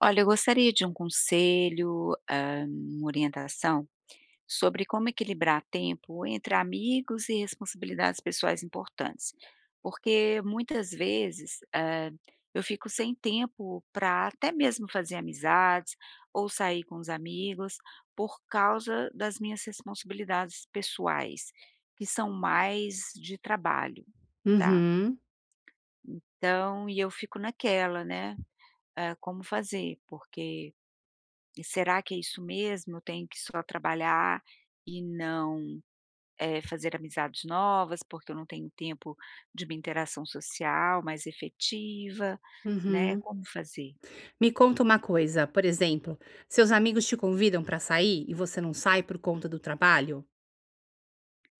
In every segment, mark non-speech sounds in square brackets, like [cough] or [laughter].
Olha, eu gostaria de um conselho, uma orientação sobre como equilibrar tempo entre amigos e responsabilidades pessoais importantes. Porque muitas vezes, eu fico sem tempo para até mesmo fazer amizades ou sair com os amigos, por causa das minhas responsabilidades pessoais, que são mais de trabalho, tá. Uhum, Então e eu fico naquela, né, como fazer, porque e será que é isso mesmo? Eu tenho que só trabalhar e não, fazer amizades novas, porque eu não tenho tempo de uma interação social mais efetiva, né, uhum. como fazer? Me conta uma coisa, por exemplo, seus amigos te convidam para sair e você não sai por conta do trabalho?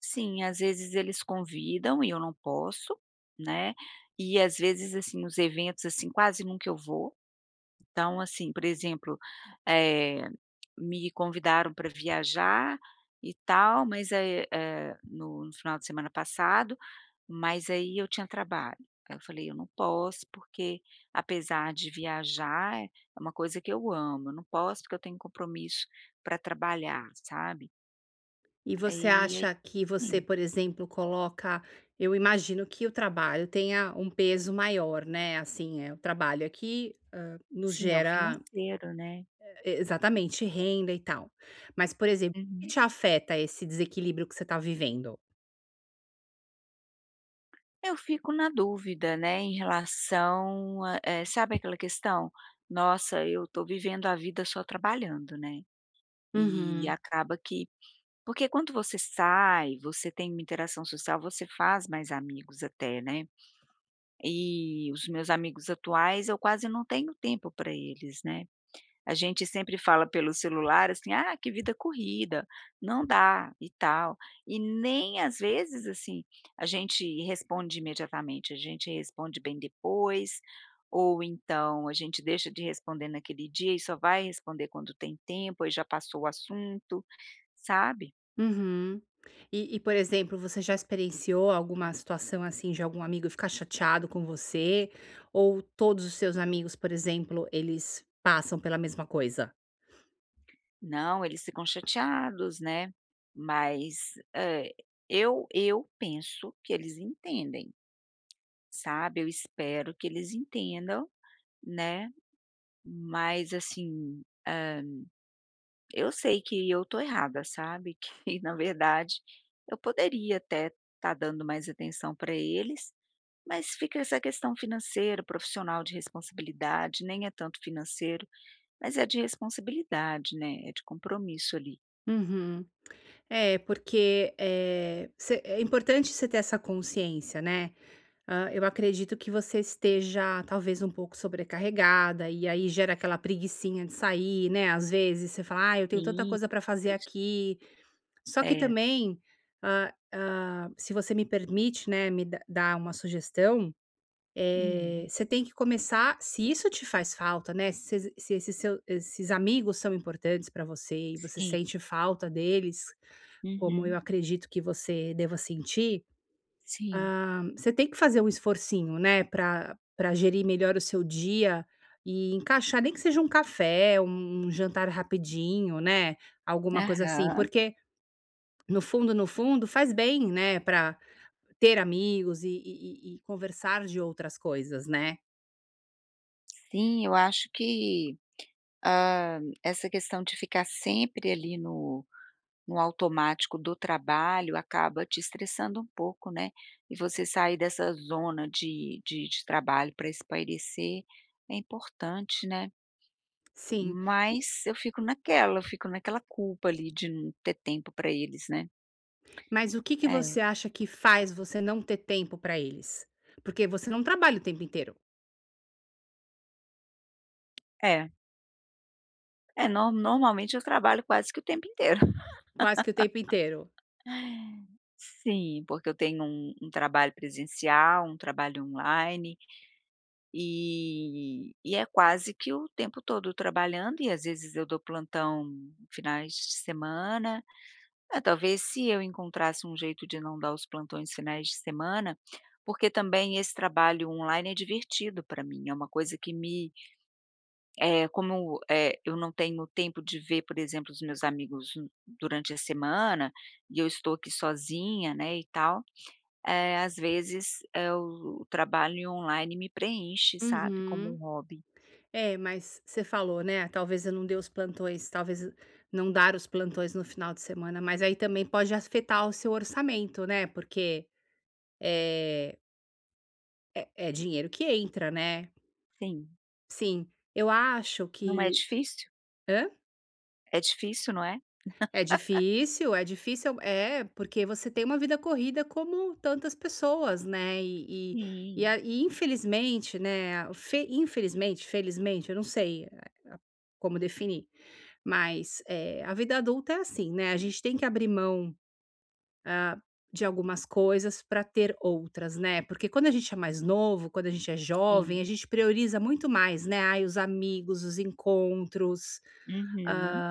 Sim, às vezes eles convidam e eu não posso, né, e às vezes, assim, os eventos, assim, quase nunca eu vou. Então, assim, por exemplo, eh, me convidaram para viajar e tal, mas, no final de semana passado, mas aí eu tinha trabalho. Aí eu falei: "Eu não posso, porque apesar de viajar, é uma coisa que eu amo, eu não posso porque eu tenho compromisso para trabalhar", sabe. E você Aí, acha que você, assim por exemplo, coloca eu imagino que o trabalho tenha um peso maior, né, assim, o trabalho aqui, nos sim, é o gera financeiro, né. Exatamente, renda e tal. Mas, por exemplo, o que Uhum. te afeta esse desequilíbrio que você está vivendo? Eu fico na dúvida, né, em relação a sabe aquela questão? "Nossa, eu estou vivendo a vida só trabalhando", né, e Uhum. acaba que porque quando você sai, você tem uma interação social, você faz mais amigos até, né, e os meus amigos atuais eu quase não tenho tempo para eles, né. A gente sempre fala pelo celular, assim: "Ah, que vida corrida, não dá", e tal. E nem às vezes, assim, a gente responde imediatamente, a gente responde bem depois, ou então a gente deixa de responder naquele dia e só vai responder quando tem tempo, aí já passou o assunto, sabe. Uhum. E, por exemplo, você já experienciou alguma situação, assim, de algum amigo ficar chateado com você? Ou todos os seus amigos, por exemplo, eles passam pela mesma coisa? Não, eles ficam chateados, né, mas, eu penso que eles entendem, sabe. Eu espero que eles entendam, né. Mas assim, eu sei que eu tô errada, sabe, [laughs] que na verdade eu poderia até estar dando mais atenção para eles, mas fica essa questão financeira, profissional, de responsabilidade, nem é tanto financeiro, mas é de responsabilidade, né, é de compromisso ali. Uhum. É, porque, é você é importante você ter essa consciência, né. Eu acredito que você esteja talvez um pouco sobrecarregada, e aí gera aquela preguicinha de sair, né, às vezes você fala: "Ai, eu tenho tanta Sim, coisa para fazer isso. aqui." Só que É. também, se você me permite, né, me dá dar uma sugestão, Uhum. você tem que começar se isso te faz falta, né, se esses amigos são importantes para você e você Sim. sente falta deles, como eu Uhum. acredito que você deva sentir, Sim. ah, você tem que fazer um esforcinho, né, para gerir melhor o seu dia e encaixar, nem que seja um café, um jantar rapidinho, né, alguma coisa assim, Aham. porque no fundo, no fundo, faz bem, né, para ter amigos e conversar de outras coisas, né. Sim, eu acho que, essa questão de ficar sempre ali no automático do trabalho acaba te estressando um pouco, né, e você sair dessa zona de trabalho para espairecer é importante, né, Sim. E mas eu fico naquela culpa ali de não ter tempo para eles, né. mas o que que É, você acha que faz você não ter tempo para eles? Porque você não trabalha o tempo inteiro, é. É, nor normalmente eu trabalho quase que o tempo inteiro. quase que o tempo inteiro. [laughs] Sim, porque eu tenho um trabalho presencial, um trabalho online. E é quase que o tempo todo trabalhando e às vezes eu dou plantão finais de semana. Eh, talvez se eu encontrasse um jeito de não dar os plantões finais de semana, porque também esse trabalho online é divertido para mim, é uma coisa que me é como, eu não tenho tempo de ver, por exemplo, os meus amigos n- durante a semana, e eu estou aqui sozinha, né, e tal, às vezes, o trabalho online me preenche, sabe, como um Uhum. hobby. É, mas você falou, né, talvez eu não dê os plantões, talvez não dar os plantões no final de semana, mas aí também pode afetar o seu orçamento, né, porque, eh, é dinheiro que entra, né. Sim. Sim, eu acho Não é que difícil? hã? É difícil, não é? É difícil, é difícil, é, porque você tem uma vida corrida como tantas pessoas, né, e e e Sim, a e infelizmente, né, fe infelizmente, felizmente, eu não sei a como definir, mas, a vida adulta é assim, né, a gente tem que abrir mão, hã, de algumas coisas para ter outras, né, porque quando a gente é mais novo, quando a gente é jovem, sim. a gente prioriza muito mais, né, ai, os amigos, os encontros. Uhum.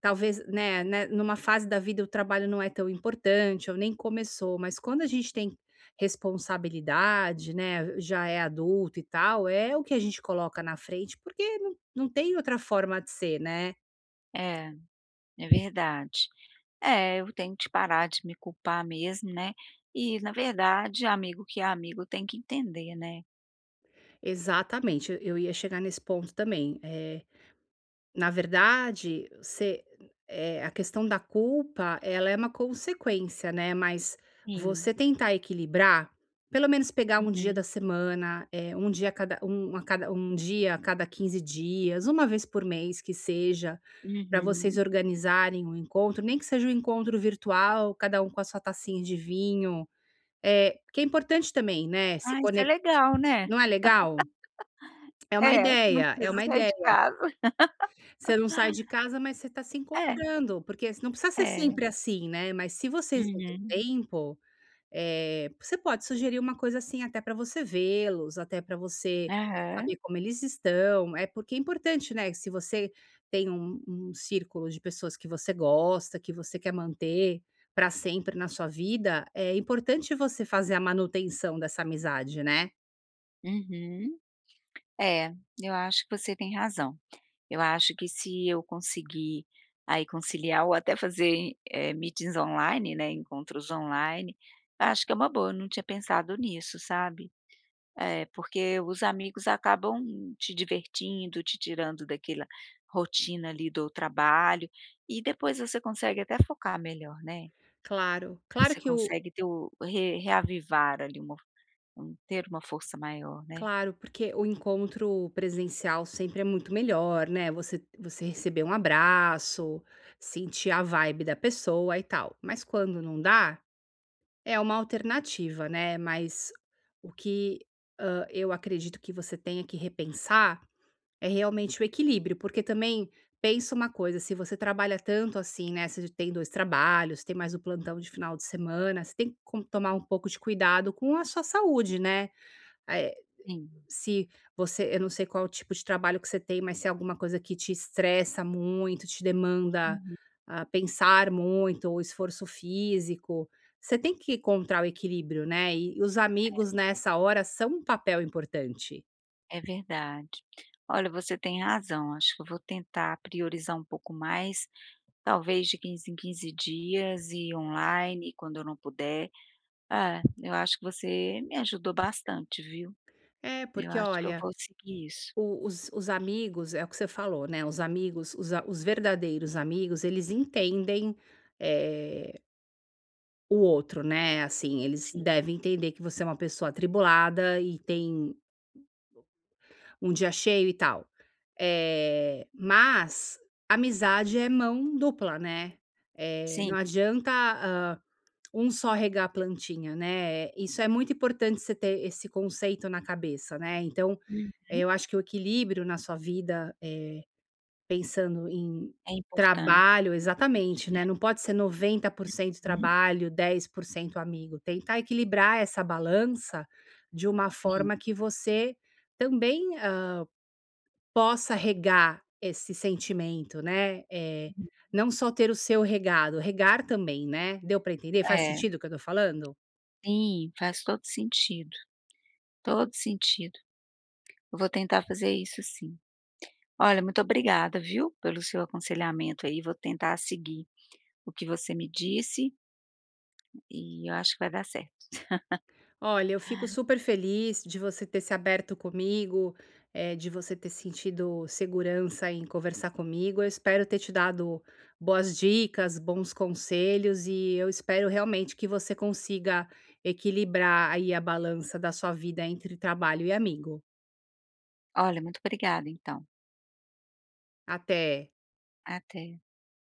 Talvez, né, numa fase da vida o trabalho não é tão importante ou nem começou, mas quando a gente tem responsabilidade, né, já é adulto e tal, é o que a gente coloca na frente, porque não tem outra forma de ser, né. É, é verdade. É, eu tenho que parar de me culpar mesmo, né. E, na verdade, amigo que é amigo tem que entender, né. Exatamente, eu ia chegar nesse ponto também, na verdade, você, a questão da culpa, ela é uma consequência, né, mas Sim. você tentar equilibrar, pelo menos pegar um dia da Uhum. semana, um dia a cada 1 a cada um dia a cada 15 dias, uma vez por mês que seja, para vocês Uhum. organizarem um encontro, nem que seja um encontro virtual, cada um com a sua tacinha de vinho, é que é importante também, né, se Ah, isso é conectar, legal, né. não é legal? É uma É, que não ideia, é precisa uma sair ideia. de casa. Você não sai de casa, mas você está se É, encontrando, porque não precisa ser é. sempre assim, né, mas se vocês não têm Uhum. tempo, você pode sugerir uma coisa assim, até para você vê-los, até para você Aham. saber como eles estão, é porque é importante, né, se você tem um círculo de pessoas que você gosta, que você quer manter para sempre na sua vida, é importante você fazer a manutenção dessa amizade, né. Uhum. É, eu acho que você tem razão. Eu acho que se eu conseguir aí conciliar ou até fazer, meetings online, né, encontros online, acho que é uma boa, eu não tinha pensado nisso, sabe. É, porque os amigos acabam te divertindo, te tirando daquela rotina ali do trabalho, e depois você consegue até focar melhor, né. Claro, claro Você que o consegue ter o re reavivar ali uma um ter uma força maior, né. Claro, porque o encontro presencial sempre é muito melhor, né, você receber um abraço, sentir a vibe da pessoa e tal, mas quando não dá, é uma alternativa, né, mas o que, eu acredito que você tenha que repensar é realmente o equilíbrio, porque também pensa uma coisa, se você trabalha tanto assim, né, você tem 2 trabalhos, tem mais o plantão de final de semana, você tem que com tomar um pouco de cuidado com a sua saúde, né, eh Sim. se você eu não sei qual tipo de trabalho que você tem, mas se é alguma coisa que te estressa muito, te demanda Uhum. a pensar muito ou esforço físico, você tem que encontrar o equilíbrio, né. E os amigos nessa hora são um papel importante. É verdade. Olha, você tem razão, acho que eu vou tentar priorizar um pouco mais, talvez de 15 em 15 dias e online quando eu não puder. Ah, eu acho que você me ajudou bastante, viu. É, Eu porque acho que eu olha, vou seguir isso. o os amigos é o que você falou, né, os amigos, os verdadeiros amigos, eles entendem, eh, o outro, né, assim, eles Sim, devem entender que você é uma pessoa atribulada e tem um dia cheio e tal. Mas amizade é mão dupla, né. Sim. Não adianta, um só regar a plantinha, né. Isso é muito importante você ter esse conceito na cabeça, né. Então, Hum. Eu acho que o equilíbrio na sua vida, pensando em trabalho É importante, exatamente, né. né, não pode ser 90% Uhum. trabalho, 10% amigo. Tentar equilibrar essa balança de uma Sim. forma que você também, hã possa regar esse sentimento, né, Uhum. não só ter o seu regado, regar também, né. Deu para entender? Faz É. sentido o que eu tô falando? Sim, faz todo sentido, todo sentido. Eu vou tentar fazer isso sim. Olha, muito obrigada, viu, pelo seu aconselhamento aí, vou tentar seguir o que você me disse e eu acho que vai dar certo. Olha, eu fico super feliz de você ter se aberto comigo, de você ter sentido segurança em conversar comigo. Eu espero ter te dado boas dicas, bons conselhos e eu espero realmente que você consiga equilibrar aí a balança da sua vida entre trabalho e amigo. Olha, muito obrigada então. Até. Até.